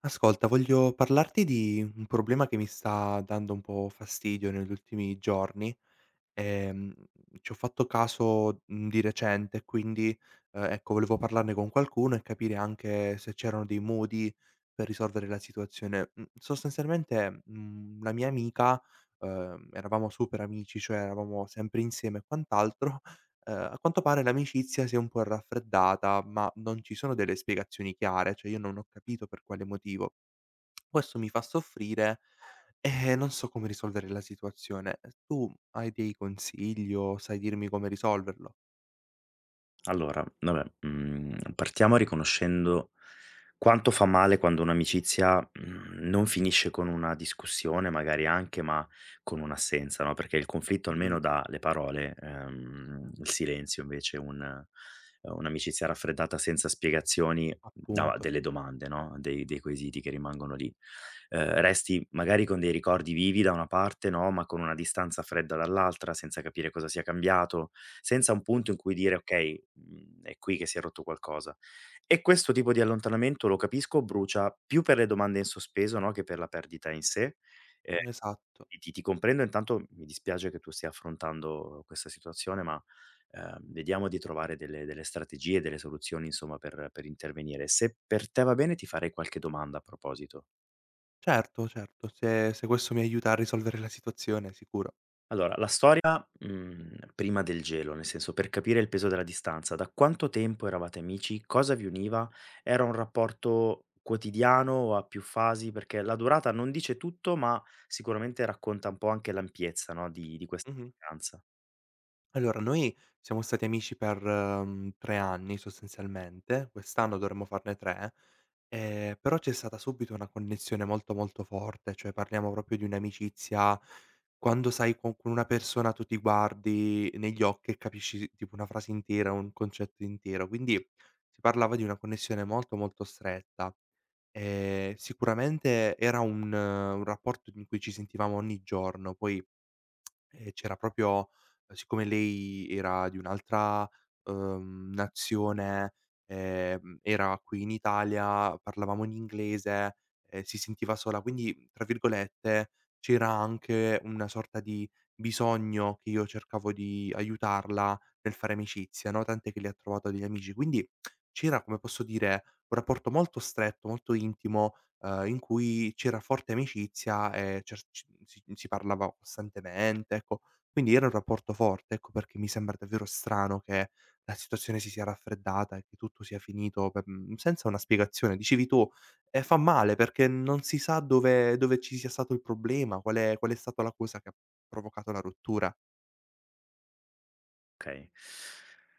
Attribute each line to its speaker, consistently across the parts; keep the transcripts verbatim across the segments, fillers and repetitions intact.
Speaker 1: Ascolta, voglio parlarti di un problema che mi sta dando un po' fastidio negli ultimi giorni. Ehm, ci ho fatto caso, mhmm, di recente, quindi, ehm, ecco, volevo parlarne con qualcuno e capire anche se c'erano dei modi per risolvere la situazione. Mhmm, sostanzialmente, mhmm, la mia amica ehm, eravamo super amici, cioè eravamo sempre insieme e quant'altro. ehm, a quanto pare l'amicizia si è un po' raffreddata, ma non ci sono delle spiegazioni chiare, cioè io non ho capito per quale motivo. Questo mi fa soffrire e non so come risolvere la situazione. Tu hai dei consigli o sai dirmi come risolverlo?
Speaker 2: Allora, vabbè, mhmm, partiamo riconoscendo quanto fa male quando un'amicizia, mhmm, non finisce con una discussione magari anche, ma con un'assenza, no, perché il conflitto
Speaker 1: Mh-mh,
Speaker 2: almeno dà le parole, ehm, il silenzio invece un ehm, un'amicizia raffreddata senza spiegazioni dà
Speaker 1: appunto,
Speaker 2: delle domande, no, dei dei quesiti che rimangono lì. Ehm, resti magari con dei ricordi vivi da una parte, no, ma con una distanza fredda dall'altra, senza capire cosa sia cambiato, senza un punto in cui dire: "Okay, mhmm, è qui che si è rotto qualcosa". E questo tipo di allontanamento, lo capisco, brucia più per le domande in sospeso, no, che per la perdita in sé. Ehm,
Speaker 1: esatto.
Speaker 2: ti ti comprendo, intanto mi dispiace che tu stia affrontando questa situazione, ma, ehm, vediamo di trovare delle delle strategie, delle soluzioni, insomma, per per intervenire. Se per te va bene, ti farei qualche domanda a proposito.
Speaker 1: Certo, certo, se se questo mi aiuta a risolvere la situazione, sicuro.
Speaker 2: Allora, la storia, mhmm, prima del gelo, nel senso per capire il peso della distanza, da quanto tempo eravate amici, cosa vi univa, era un rapporto quotidiano o a più fasi? Perché la durata non dice tutto, ma sicuramente racconta un po' anche l'ampiezza, no, di di questa
Speaker 1: Mh-mh.
Speaker 2: distanza.
Speaker 1: Allora, noi siamo stati amici per, mhmm, tre anni sostanzialmente, quest'anno dovremmo farne tre. Ehm, però c'è stata subito una connessione molto, molto forte, cioè parliamo proprio di un'amicizia quando sai con con una persona tu ti guardi negli occhi e capisci tipo una frase intera, un concetto intero. Quindi si parlava di una connessione molto, molto stretta. Ehm, sicuramente era un eh, un rapporto in cui ci sentivamo ogni giorno, poi e c'era proprio eh, siccome lei era di un'altra, uhm, nazione, ehm, era qui in Italia, parlavamo in inglese, ehm, si sentiva sola, quindi tra virgolette c'era anche una sorta di bisogno che io cercavo di aiutarla nel fare amicizia, no, tant'è che lei ha trovato degli amici. Quindi c'era, come posso dire, un rapporto molto stretto, molto intimo ehm, in cui c'era forte amicizia e cer ci si si parlava costantemente, ecco. Quindi era un rapporto forte, ecco perché mi sembra davvero strano che la situazione si sia raffreddata e che tutto sia finito per mhmm, senza una spiegazione. Dicevi tu, ehm, fa male perché non si sa dove dove ci sia stato il problema, qual è qual è stata la cosa che ha provocato la rottura.
Speaker 2: Okay.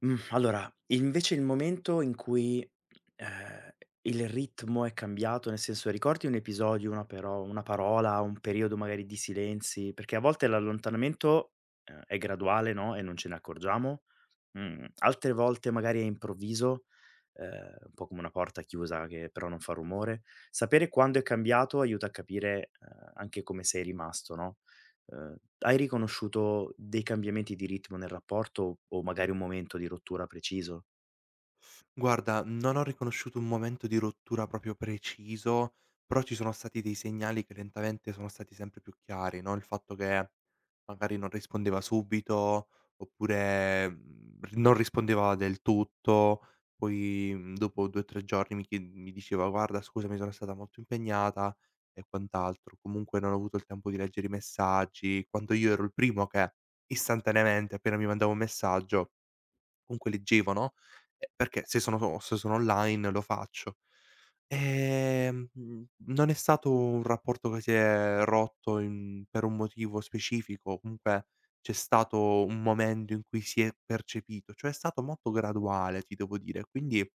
Speaker 2: Mh, allora, invece il momento in cui, ehm, il ritmo è cambiato, nel senso ricordi un episodio, una paro una parola, un periodo magari di silenzi? Perché a volte l'allontanamento, ehm, è graduale, no, e non ce ne accorgiamo, mhmm, altre volte magari è improvviso, ehm, un po' come una porta chiusa che però non fa rumore. Sapere quando è cambiato aiuta a capire, ehm, anche come sei rimasto, no? Ehm, hai riconosciuto dei cambiamenti di ritmo nel rapporto o magari un momento di rottura preciso?
Speaker 1: Guarda, non ho riconosciuto un momento di rottura proprio preciso, però ci sono stati dei segnali che lentamente sono stati sempre più chiari, no, il fatto che magari non rispondeva subito, oppure, mhmm, r non rispondeva del tutto, poi, mhmm, dopo due o tre giorni mi chie mi diceva: "Guarda, scusami, sono stata molto impegnata" e quant'altro. Comunque non ho avuto il tempo di leggere i messaggi, quando io ero il primo che istantaneamente appena mi mandava un messaggio comunque leggevo, no, ehm, perché se sono se sono online lo faccio. Ehm, mhmm, non è stato un rapporto che si è rotto in per un motivo specifico, comunque c'è stato un momento in cui si è percepito, cioè è stato molto graduale, ti devo dire. Quindi, ehm,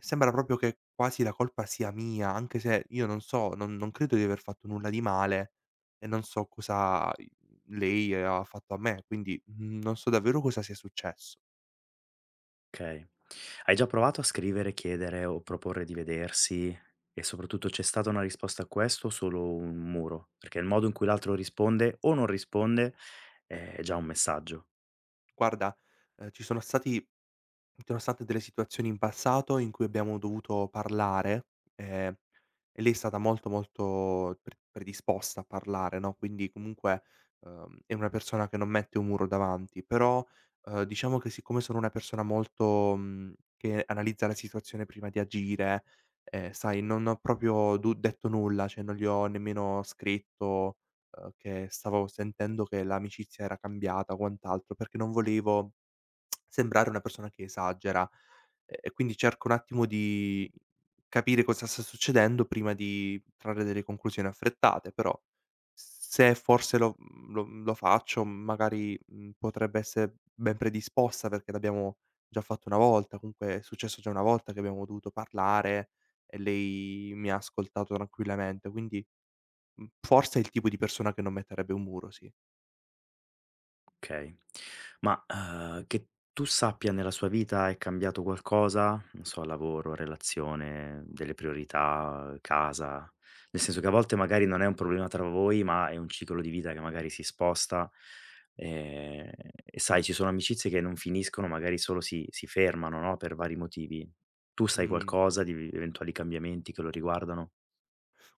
Speaker 1: sembra proprio che quasi la colpa sia mia, anche se io non so, non non credo di aver fatto nulla di male e non so cosa i lei ha fatto a me, quindi, mhmm, non so davvero cosa sia successo.
Speaker 2: Okay. Hai già provato a scrivere, chiedere o proporre di vedersi? E soprattutto c'è stata una risposta a questo o solo un muro? Perché il modo in cui l'altro risponde o non risponde eh, è già un messaggio.
Speaker 1: Guarda, ehm, ci sono stati ci sono state delle situazioni in passato in cui abbiamo dovuto parlare, ehm, e lei è stata molto, molto pre predisposta a parlare, no, quindi comunque, uhm, è una persona che non mette un muro davanti, però, uhm, diciamo che siccome sono una persona molto mhmm, che analizza la situazione prima di agire, ehm, sai, non ho proprio du detto nulla, cioè non gli ho nemmeno scritto, uhm, che stavo sentendo che l'amicizia era cambiata o quant'altro, perché non volevo sembrare una persona che esagera. E e quindi cerco un attimo di capire cosa sta succedendo prima di trarre delle conclusioni affrettate, però se forse lo mhmm, lo mhmm, lo faccio magari, mhmm, potrebbe essere ben predisposta perché l'abbiamo già fatto una volta, comunque è successo già una volta che abbiamo dovuto parlare e lei mi ha ascoltato tranquillamente, quindi, mhmm, forse è il tipo di persona che non metterebbe un muro,
Speaker 2: Okay. Ma, uhm, che tu sappia nella sua vita è cambiato qualcosa? Non so, lavoro, relazione, delle priorità, casa? Nel senso che a volte magari non è un problema tra voi, ma è un ciclo di vita che magari si sposta, ehm, e sai ci sono amicizie che non finiscono, magari solo si si fermano, no, per vari motivi. Tu sai
Speaker 1: sì.
Speaker 2: qualcosa di eventuali cambiamenti che lo riguardano?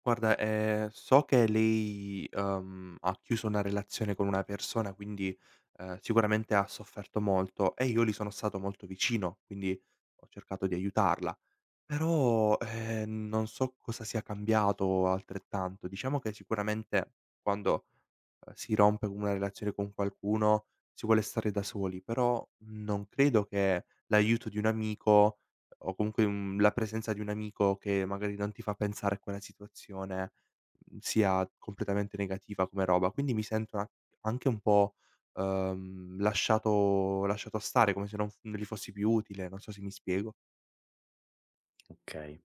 Speaker 1: Guarda, ehm, so che lei, uhm, ha chiuso una relazione con una persona, quindi, ehm, sicuramente ha sofferto molto e io lì sono stato molto vicino, quindi ho cercato di aiutarla. Però, ehm, non so cosa sia cambiato altrettanto. Diciamo che sicuramente quando uhm, si rompe una relazione con qualcuno, si vuole stare da soli, però non credo che l'aiuto di un amico o comunque, mhmm, la presenza di un amico che magari non ti fa pensare a quella situazione, mhmm, sia completamente negativa come roba. Quindi mi sento a anche un po', uhm, lasciato lasciato stare, come se non f non gli fossi più utile, non so se mi spiego.
Speaker 2: Okay.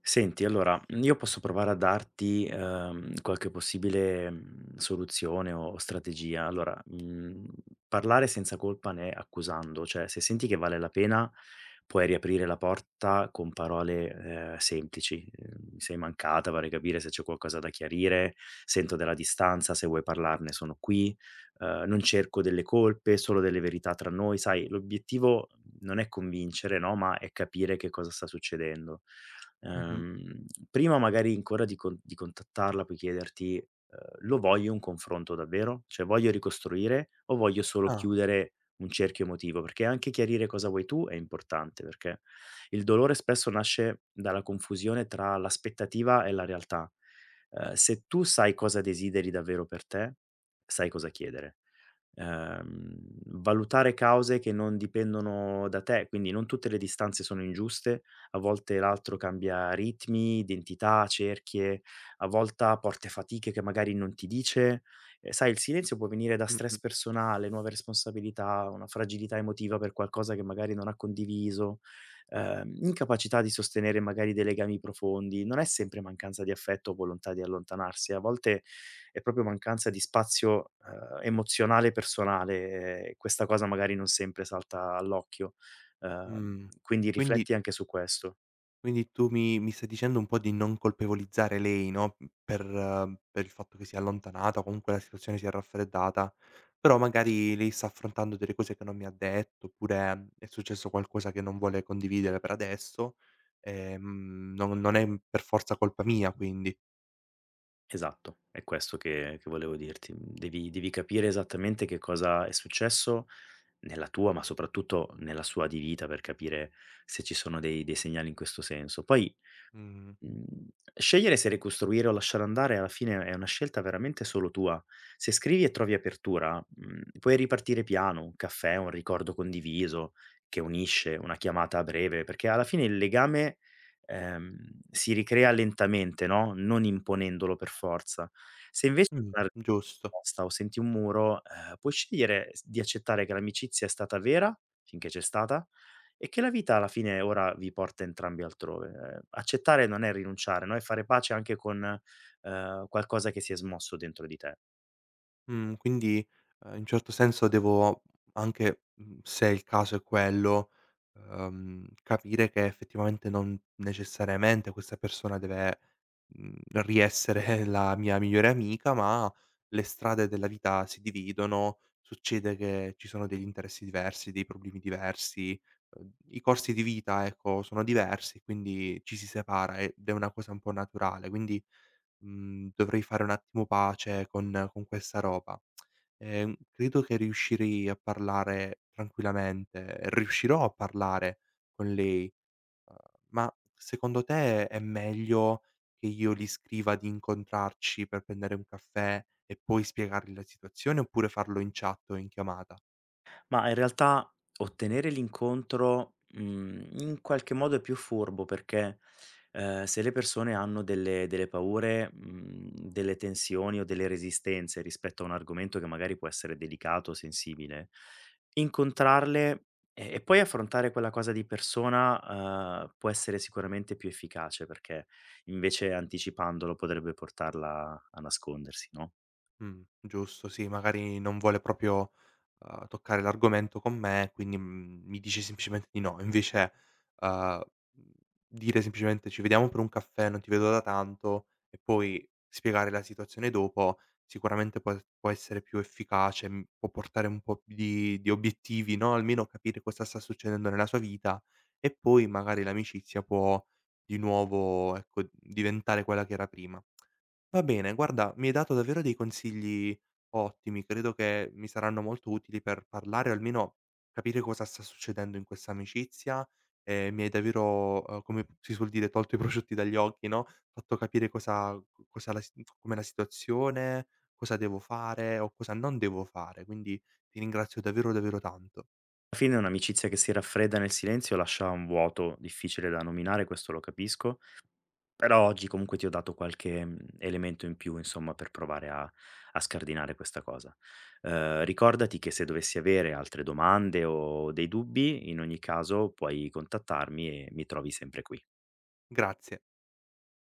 Speaker 2: Senti allora, mhmm, io posso provare a darti, ehm, qualche possibile, mhmm, soluzione o o strategia. Allora, mhmm, parlare senza colpa né accusando, cioè se senti che vale la pena puoi riaprire la porta con parole, ehm, semplici. Ehm: "Mi sei mancata, vorrei capire se c'è qualcosa da chiarire, sento della distanza, se vuoi parlarne sono qui, ehm, non cerco delle colpe, solo delle verità tra noi." Sai l'obiettivo non è convincere, no, ma è capire che cosa sta succedendo.
Speaker 1: Mh-mh.
Speaker 2: Ehm, prima magari ancora di con di contattarla puoi chiederti: ehm: "Lo voglio un confronto davvero? Cioè voglio ricostruire o voglio solo
Speaker 1: Ah,
Speaker 2: chiudere un cerchio emotivo?" Perché anche chiarire cosa vuoi tu è importante, perché il dolore spesso nasce dalla confusione tra l'aspettativa e la realtà. Ehm, se tu sai cosa desideri davvero per te, sai cosa chiedere. Ehm, valutare cause che non dipendono da te, quindi non tutte le distanze sono ingiuste, a volte l'altro cambia ritmi, identità, cerchie, a volta porta fatiche che magari non ti dice. Eh, sai, il silenzio può venire da stress
Speaker 1: mh-mh,
Speaker 2: personale, nuove responsabilità, una fragilità emotiva per qualcosa che magari non ha condiviso, ehm, incapacità di sostenere magari dei legami profondi. Non è sempre mancanza di affetto o volontà di allontanarsi, a volte è proprio mancanza di spazio, ehm, emozionale personale, eh, questa cosa magari non sempre salta all'occhio. Ehm,
Speaker 1: mh.
Speaker 2: quindi
Speaker 1: Quindi
Speaker 2: rifletti anche su questo.
Speaker 1: Quindi tu mi mi stai dicendo un po' di non colpevolizzare lei, no, mhmm, per eh, per il fatto che si è allontanata o comunque la situazione si è raffreddata, però magari lei sta affrontando delle cose che non mi ha detto, oppure mm, è successo qualcosa che non vuole condividere per adesso, ehm, non non è per forza colpa mia quindi.
Speaker 2: Esatto, è questo che che volevo dirti. Devi devi capire esattamente che cosa è successo nella tua, ma soprattutto nella sua di vita per capire se ci sono dei dei segnali in questo senso. Poi
Speaker 1: Mh,
Speaker 2: Mhmm, scegliere se ricostruire o lasciare andare alla fine è una scelta veramente solo tua. Se scrivi e trovi apertura, mhmm, puoi ripartire piano, un caffè, un ricordo condiviso che unisce, una chiamata a breve, perché alla fine il legame, ehm, si ricrea lentamente, no, non imponendolo per forza. Se invece
Speaker 1: mh, giusto.
Speaker 2: posta o senti un muro, ehm, puoi scegliere s di accettare che l'amicizia è stata vera, finché c'è stata, e che la vita alla fine ora vi porta entrambi altrove. Ehm, accettare non è rinunciare, no, è fare pace anche con, ehm, qualcosa che si è smosso dentro di te.
Speaker 1: Mhmm, quindi, ehm, in un certo senso devo anche, mhmm, se il caso è quello, uhm, capire che effettivamente non necessariamente questa persona deve, mhmm, riessere la mia migliore amica, ma le strade della vita si dividono, succede che ci sono degli interessi diversi, dei problemi diversi, uhm, i corsi di vita, ecco, sono diversi, quindi ci si separa ed è una cosa un po' naturale. Quindi Mhmm, dovrei fare un attimo pace con con questa roba. Ehm, credo che riuscirei a parlare tranquillamente, riuscirò a parlare con lei, ma secondo te è meglio che io gli scriva di incontrarci per prendere un caffè e poi spiegargli la situazione, oppure farlo in chat o in chiamata?
Speaker 2: Ma in realtà ottenere l'incontro, mhmm, in qualche modo è più furbo perché, ehm, se le persone hanno delle delle paure, mhmm, delle tensioni o delle resistenze rispetto a un argomento che magari può essere delicato o sensibile, incontrarle e e poi affrontare quella cosa di persona, uhm, può essere sicuramente più efficace perché invece anticipandolo potrebbe portarla a nascondersi, no?
Speaker 1: Mh, giusto, sì, magari non vuole proprio, uhm, toccare l'argomento con me, quindi, mhmm, mi dice semplicemente di no. Invece, uhm, mhmm, dire semplicemente: "Ci vediamo per un caffè, non ti vedo da tanto" e poi spiegare la situazione dopo, sicuramente può es può essere più efficace, mhmm, può portare un po' di di obiettivi, no, almeno capire cosa sta succedendo nella sua vita e poi magari l'amicizia può di nuovo, ecco, diventare quella che era prima. Va bene, guarda, mi hai dato davvero dei consigli ottimi, credo che mi saranno molto utili per parlare o almeno capire cosa sta succedendo in questa amicizia e mi hai davvero, uhm, come si suol dire, tolto i prosciutti dagli occhi, no, fatto capire cosa co cosa la si com'è la situazione, cosa devo fare o cosa non devo fare, quindi ti ringrazio davvero, davvero tanto.
Speaker 2: Alla fine un'amicizia che si raffredda nel silenzio lascia un vuoto difficile da nominare, questo lo capisco, però oggi comunque ti ho dato qualche, mhmm, elemento in più insomma per provare a a scardinare questa cosa. Uhm, ricordati che se dovessi avere altre domande o dei dubbi, in ogni caso puoi contattarmi e mi trovi sempre qui.
Speaker 1: Grazie.